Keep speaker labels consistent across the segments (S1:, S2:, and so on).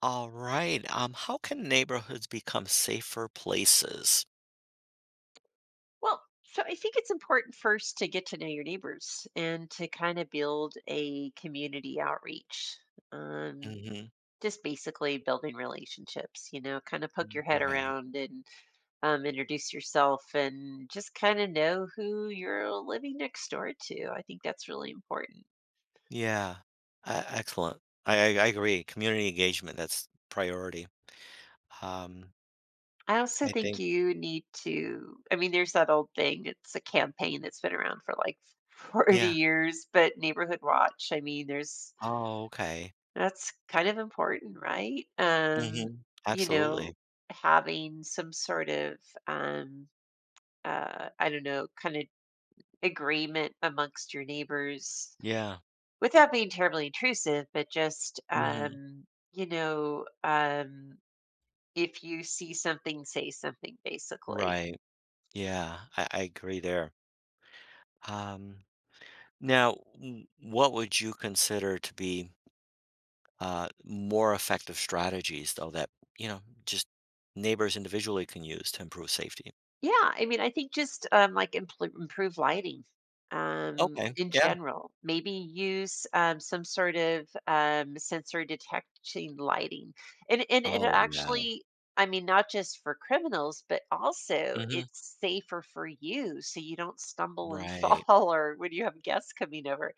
S1: All right. How can neighborhoods become safer places?
S2: Well, so I think it's important first to get to know your neighbors and to kind of build a community outreach. Um,
S1: Hmm.
S2: just basically building relationships, you know, kind of poke your head
S1: Right.
S2: around and introduce yourself and just kind of know who you're living next door to. I think that's really important.
S1: Yeah. Excellent. I agree. Community engagement, that's priority. Um,
S2: I also
S1: I
S2: think
S1: think.
S2: you need to, I mean, there's that old thing, it's a campaign that's been around for like 40
S1: Yeah.
S2: years, but Neighborhood Watch, I mean, there's
S1: Oh, okay.
S2: That's kind of important, right?
S1: Hmm.
S2: You know,
S1: Absolutely.
S2: Having some sort of um I don't know, kind of agreement amongst your neighbors
S1: Yeah.
S2: without being terribly intrusive, but just
S1: Hmm.
S2: you know, um if you see something, say something basically.
S1: Right. Yeah. I agree there. Um, now, what would you consider to be more effective strategies, though, that, just neighbors individually can use to improve safety?
S2: Yeah, I mean, I think just, like, impl improve lighting,
S1: Okay,
S2: in
S1: yeah.
S2: general. Maybe use, some sort of, sensor detecting lighting, and it
S1: Oh, yeah.
S2: actually, I mean, not just for criminals, but also
S1: Mhm.
S2: it's safer for you, so you don't stumble and fall
S1: Right.
S2: or when you have guests coming over.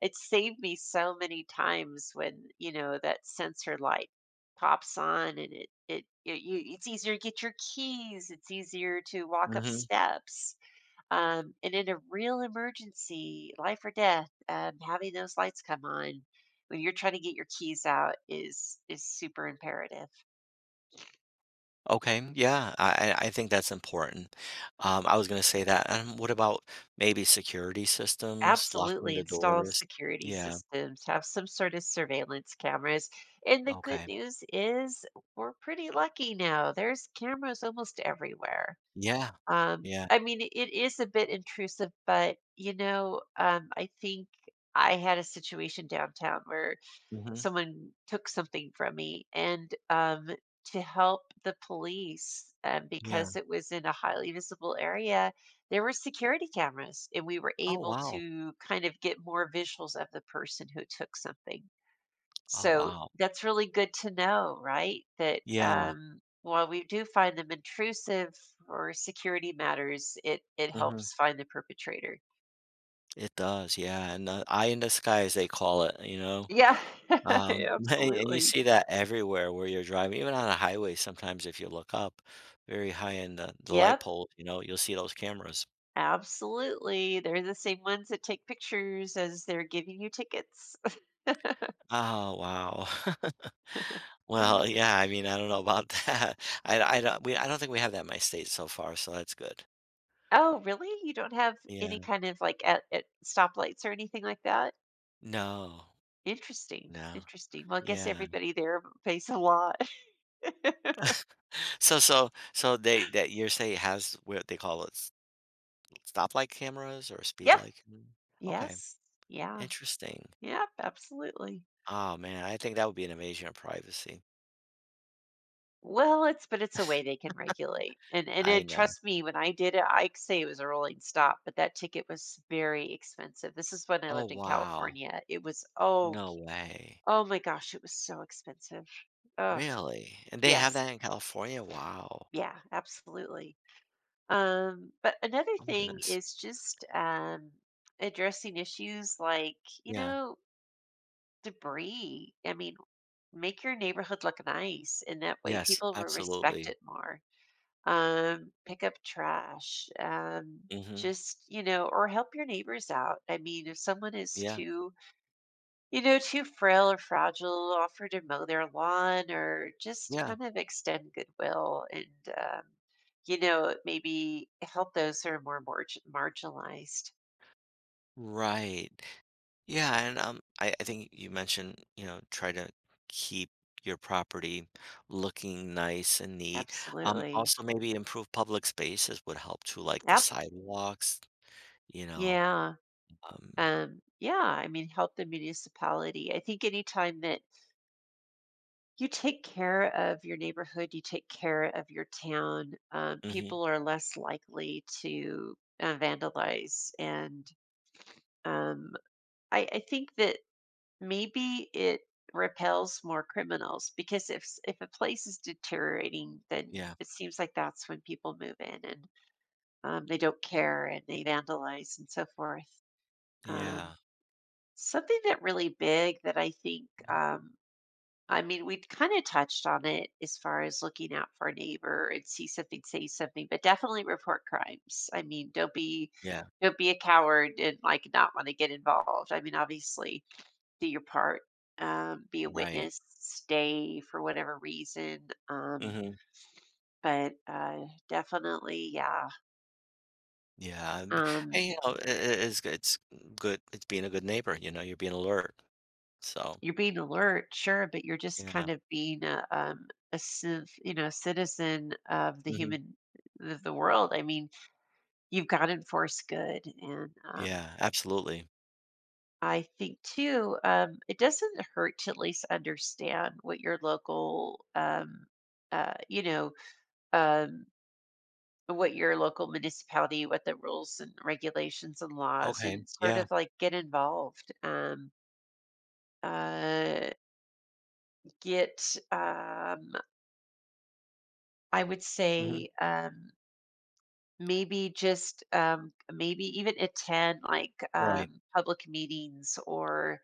S2: It saved me so many times when, you know, that sensor light pops on and it's easier to get your keys. It's easier to walk up
S1: Mhm.
S2: steps. And in a real emergency, life or death, having those lights come on when you're trying to get your keys out is super imperative.
S1: Okay, yeah, I think that's important. I was gonna say that, and what about maybe security systems, locking
S2: Absolutely.
S1: the
S2: Install
S1: doors?
S2: security
S1: Yeah,
S2: systems, have some sort of surveillance cameras. And the good
S1: okay.
S2: news is we're pretty lucky now. There's cameras almost everywhere.
S1: Yeah. Yeah.
S2: I mean, it is a bit intrusive, but you know, I think I had a situation downtown where
S1: Mhm.
S2: someone took something from me and to help the police,
S1: Yeah.
S2: because it was in a highly visible area, there were security cameras and we were
S1: Oh,
S2: able
S1: wow.
S2: to kind of get more visuals of the person who took something,
S1: Oh,
S2: so
S1: wow.
S2: that's really good to know, right? That
S1: Yeah.
S2: while we do find them intrusive or security matters, it it
S1: Mhm.
S2: helps find the perpetrator.
S1: It does, yeah, and, "eye in the sky" as they call it, you know?
S2: Yeah. Yeah,
S1: And you
S2: absolutely.
S1: see that everywhere where you're driving, even on a highway, sometimes if you look up very high in the light
S2: Yep.
S1: pole, you'll see those cameras.
S2: Absolutely. They're the same ones that take pictures as they're giving you tickets.
S1: Oh, wow. Well, yeah, I mean, I don't know about that. I don't think we have that in my state so far, so that's good.
S2: Oh, really? You don't have
S1: Yeah.
S2: any kind of like at stoplights or anything like that?
S1: No.
S2: Interesting.
S1: No.
S2: Interesting. Well, I guess
S1: Yeah.
S2: everybody there pays a lot.
S1: So they that your state has what they call it stoplight cameras or speed
S2: Yeah.
S1: light. Okay.
S2: Yes. Yeah.
S1: Interesting.
S2: Yep. Absolutely.
S1: Oh man, I think that would be an invasion of privacy.
S2: Well, it's, but it's a way they can regulate. And
S1: I
S2: it,
S1: know.
S2: trust me, when I did it, I could say it was a rolling stop, but that ticket was very expensive. This is when I
S1: Oh,
S2: lived in
S1: wow.
S2: California. It was, oh,
S1: No way.
S2: oh my gosh, it was so expensive. Oh,
S1: Really? And they have
S2: yes.
S1: that in California? Wow.
S2: Yeah, absolutely. But another
S1: Oh my
S2: thing
S1: goodness.
S2: is just, addressing issues like, you
S1: Yeah.
S2: know, debris. I mean, make your neighborhood look nice and that way
S1: Yes,
S2: people will respect
S1: absolutely.
S2: it more. Pick up trash.
S1: Mhm.
S2: Just, you know, or help your neighbors out. I mean, if someone is
S1: Yeah.
S2: too, you know, too frail or fragile, offer to mow their lawn or just
S1: Yeah.
S2: kind of extend goodwill and, um, you know, maybe help those who are more marginalized.
S1: Right. Yeah, and, I think you mentioned, try to keep your property looking nice and neat. Um,
S2: Absolutely.
S1: also maybe improve public spaces would help too, like the
S2: Yep.
S1: sidewalks, you know,
S2: Yeah.
S1: um
S2: Yeah. I mean, help the municipality. I think anytime that you take care of your neighborhood, you take care of your town,
S1: Mhm.
S2: people are less likely to, vandalize and, um, I think that maybe it repels more criminals because if a place is deteriorating then
S1: Yeah.
S2: it seems like that's when people move in and, they don't care and they vandalize and so forth. um,
S1: Yeah.
S2: Something that really big that I think,
S1: Mhm.
S2: I mean, we kind of touched on it as far as looking out for a neighbor and see something say something, but definitely report crimes. I mean, don't be,
S1: Yeah.
S2: don't be a coward and like not want to get involved. I mean obviously do your part, be a
S1: Right.
S2: witness, stay for whatever reason.
S1: Mhm.
S2: But Definitely, yeah,
S1: Yeah, and and,
S2: um,
S1: you know, i i it's g- it's good, it's being a good neighbor, you're being alert. So,
S2: you're being alert, sure, but you're just
S1: yeah.
S2: kind of being a you know, citizen of the
S1: Mhm.
S2: human, of the world. I mean, you've got to enforce good, and,
S1: Yeah, absolutely.
S2: I think too, it doesn't hurt to at least understand what your local, you know, um, what your local municipality, what the rules and regulations and laws,
S1: Okay,
S2: and sort
S1: yeah.
S2: of like get involved. Uh, get, I would
S1: Mhm,
S2: say, maybe just, maybe even attend like,
S1: right.
S2: public meetings, or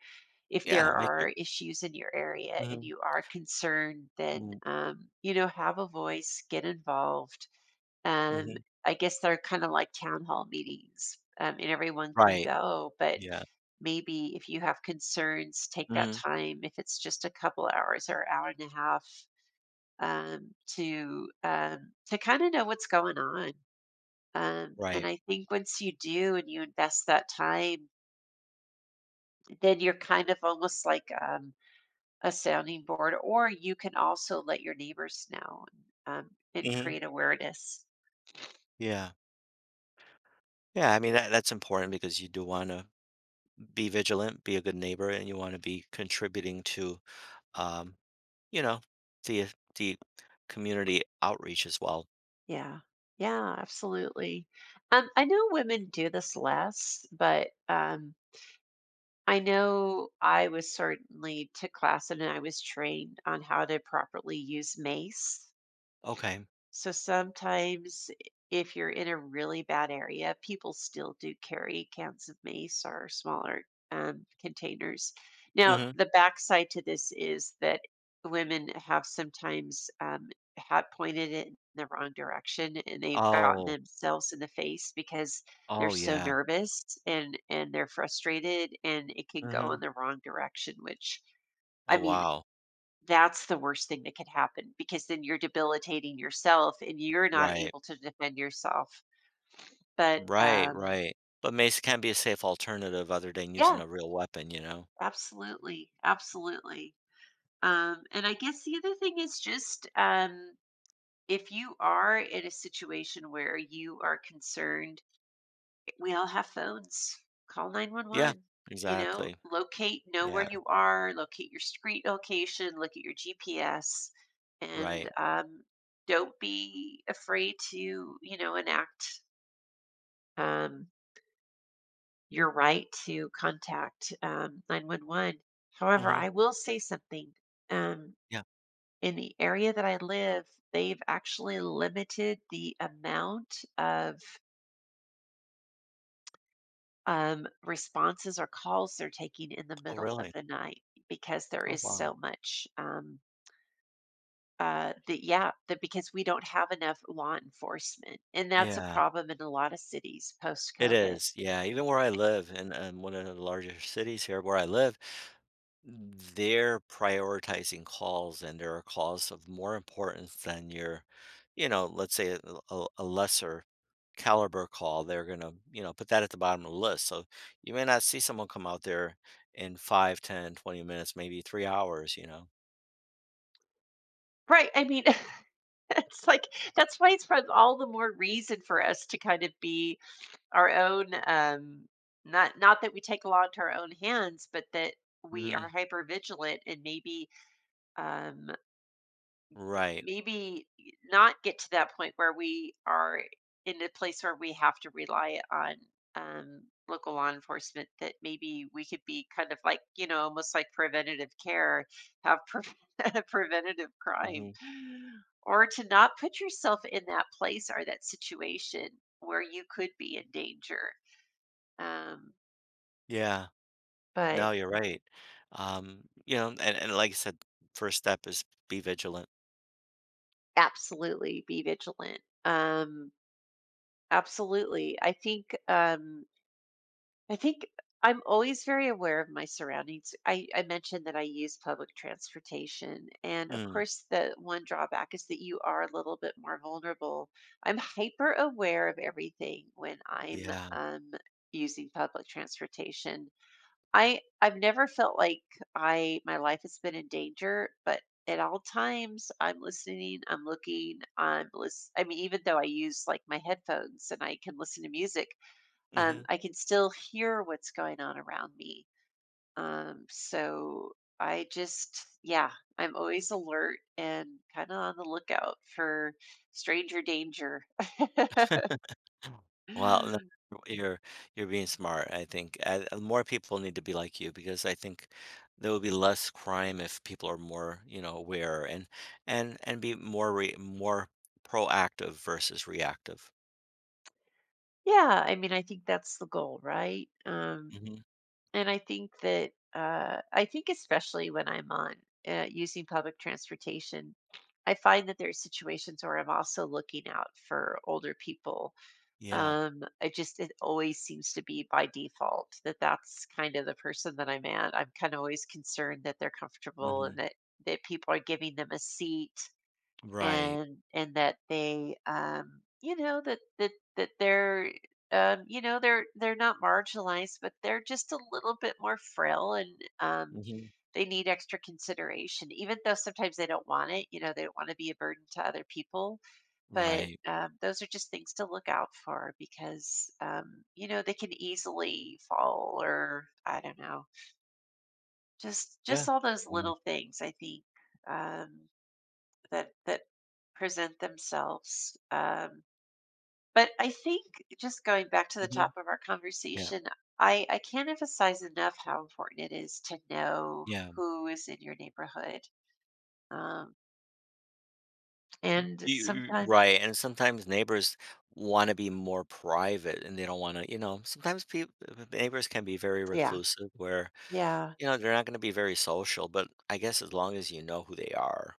S2: if
S1: Yeah,
S2: there
S1: make it,
S2: are issues in your area and
S1: mhm,
S2: you are concerned, then,
S1: mm,
S2: you know, have a voice, get involved. Um,
S1: mhm,
S2: I guess they're kind of like town hall meetings, and everyone can
S1: right.
S2: go. But
S1: Yeah.
S2: maybe if you have concerns, take that
S1: Mhm,
S2: time. If it's just a couple hours or hour and a half, to kind of know what's going on. And
S1: right.
S2: I think once you do and you invest that time, then you're kind of almost like, a sounding board, or you can also let your neighbors know, and
S1: Mhm,
S2: create awareness.
S1: yeah. Yeah, I mean, that's important because you do wanna be vigilant, be a good neighbor, and you wanna be contributing to, um, you know, the the community outreach as well.
S2: Yeah. Yeah, absolutely. I know women do this less, but, I know I was certainly took class and I was trained on how to properly use mace.
S1: Okay.
S2: So sometimes if you're in a really bad area, people still do carry cans of mace or smaller, containers. Now,
S1: Mhm.
S2: the backside to this is that women have sometimes, had pointed it in the wrong direction and they've gotten
S1: Oh.
S2: themselves in the face because they're
S1: Oh,
S2: so
S1: yeah.
S2: nervous, and they're frustrated and it can go
S1: Mhm.
S2: in the wrong direction, which, I
S1: Oh,
S2: mean,
S1: wow.
S2: that's the worst thing that could happen because then you're debilitating yourself and you're not
S1: Right.
S2: able to defend yourself. But
S1: Right, right. But mace can be a safe alternative other than using
S2: Yeah,
S1: a real weapon, you know?
S2: absolutely. Absolutely. And I guess the other thing is just, if you are in a situation where you are concerned, we all have phones. Call
S1: Yeah,
S2: 911. You know,
S1: exactly.
S2: locate, know where
S1: Yeah,
S2: you are, locate your street location, look at your GPS, and,
S1: right.
S2: don't be afraid to, you know, enact, um, your right to contact, 911. However,
S1: Mhm.
S2: I will say something. Um,
S1: Yeah.
S2: in the area that I live, they've actually limited the amount of, responses or calls they're taking in the
S1: Oh,
S2: middle of
S1: really?
S2: the night because there
S1: Oh,
S2: is
S1: wow.
S2: so much, that yeah, that, because we don't have enough law enforcement, and that's a
S1: Yeah.
S2: problem in a lot of cities post
S1: It
S2: COVID.
S1: is, yeah, even where I live in, one of the larger cities here where I live, they're prioritizing calls, and there are calls of more importance than your, let's say a lesser caliber call, they're gonna, put that at the bottom of the list, so you may not see someone come out there in 5, 10, 20 minutes, maybe 3 hours, you know?
S2: Right, I mean it's like, that's why all the more reason for us to kind of be our own, not, not that we take a lot into our own hands, but that we are
S1: Mhm,
S2: hyper vigilant and maybe, um
S1: right,
S2: maybe not get to that point where we are in a place where we have to rely on, um, local law enforcement, that maybe we could be kind of like, you know, almost like preventative care, have pre- preventative crime,
S1: mhm,
S2: or to not put yourself in that place or that situation where you could be in danger, um,
S1: yeah, no,
S2: but
S1: you're right, and like I said, first step is be vigilant.
S2: absolutely be vigilant. Absolutely, I think, I think I'm always very aware of my surroundings. I mentioned that I use public transportation. And of
S1: Mm,
S2: course, the one drawback is that you are a little bit more vulnerable. I'm hyper aware of everything when I'm,
S1: yeah,
S2: um, using public transportation. I've never felt like I my life has been in danger, but at all times I'm listening, I'm looking, I'm listen. I mean, even though I use like my headphones and I can listen to music,
S1: mhm.
S2: I can still hear what's going on around me. So I just, yeah, I'm always alert and kind of on the lookout for stranger danger.
S1: Well,
S2: Yeah,
S1: no, you're you're being smart, I think, and more people need to be like you because I think there will be less crime if people are more, aware and be more proactive versus reactive.
S2: I mean, I think that's the goal, right? Um,
S1: Mhm.
S2: and I think that, I think especially when I'm on, using public transportation, I find that there are situations where I'm also looking out for older people.
S1: Yeah.
S2: I just, it always seems to be by default that that's kind of the person that I'm at. I'm kind of always concerned that they're comfortable and
S1: Mhm.
S2: that that people are giving them a seat,
S1: Right.
S2: and that they, um, you know, that they're, you know, they're not marginalized, but they're just a little bit more frail, and,
S1: Mhm.
S2: they need extra consideration, even though sometimes they don't want it, you know, they don't want to be a burden to other people, but,
S1: Right.
S2: those are just things to look out for, because, you know, they can easily fall, or I don't know, just
S1: Yeah.
S2: just all those
S1: Mm.
S2: little things, I think, um, that that present themselves, but I think just going back to the
S1: Mhm.
S2: top of our
S1: Yeah.
S2: conversation, I can't emphasize enough how important it is to know
S1: Yeah.
S2: who is in your neighborhood, um, and
S1: You
S2: sometimes,
S1: right, and sometimes neighbors wanna be more private and they don't wanna sometimes people neighbors can be very
S2: yeah,
S1: reclusive where,
S2: yeah.
S1: they're not gonna be very social, but I guess as long as you know who they are.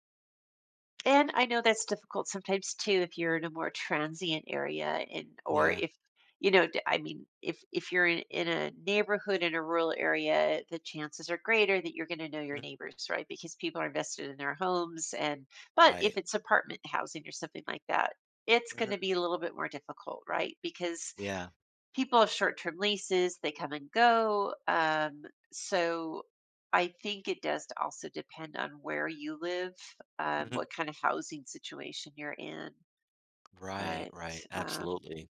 S2: And I know that's difficult sometimes too, if you're in a more transient area, and or
S1: Yeah.
S2: if, you know, I mean, if you're in a neighborhood in a rural area, the chances are greater that you're going to know your
S1: Mhm,
S2: neighbors, right? Because people are invested in their homes, and but
S1: right.
S2: if it's apartment housing or something like that, it's going
S1: Mhm,
S2: to be a little bit more difficult, right? Because
S1: yeah.
S2: people have short-term leases, they come and go. So I think it does also depend on where you live,
S1: Mhm.
S2: what kind of housing situation you're in,
S1: Right,
S2: but
S1: right,
S2: um,
S1: absolutely.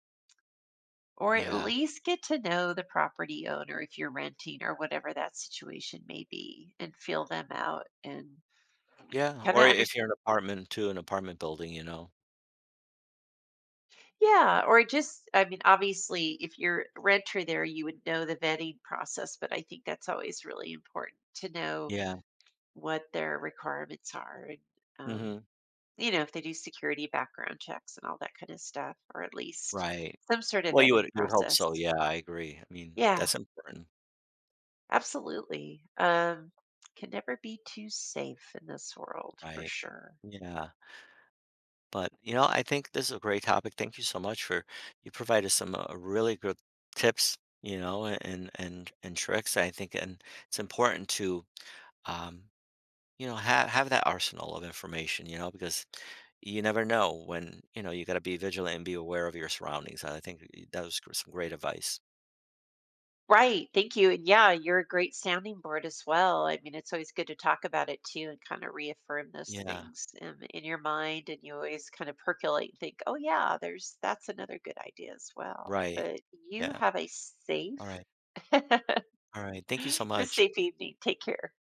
S2: or at
S1: Yeah.
S2: least get to know the property owner if you're renting or whatever that situation may be, and feel them out and
S1: Yeah,
S2: kind
S1: or
S2: of
S1: if
S2: understand.
S1: you're an apartment too, an apartment building, you know?
S2: Yeah, or just, I mean, obviously, if you're a renter there, you would know the vetting process, but I think that's always really important to know
S1: Yeah.
S2: what their requirements are, and, um,
S1: Mhm.
S2: you know, if they do security background checks and all that kind of stuff, or at least
S1: Right.
S2: some sort of
S1: Well, you
S2: vetting
S1: would you would hope so,
S2: process.
S1: yeah, I agree. I mean,
S2: Yeah,
S1: that's important,
S2: absolutely. Can never be too safe in this world, for
S1: right?
S2: sure.
S1: Yeah. But, I think this is a great topic. Thank you so much for you provided some really good tips, and tricks. I think, and it's important to, um, have that arsenal of information, because you never know when, you got to be vigilant and be aware of your surroundings. And I think that was some great advice.
S2: Right. Thank you. And yeah, you're a great sounding board as well. I mean, it's always good to talk about it too and kind of reaffirm those
S1: Yeah.
S2: things, in your mind. And you always kind of percolate and think, oh, yeah, there's that's another good idea as well.
S1: Right.
S2: But you
S1: Yeah.
S2: have a
S1: All
S2: safe,
S1: right.
S2: have
S1: All right. Thank you so
S2: a
S1: much.
S2: safe evening. Take care.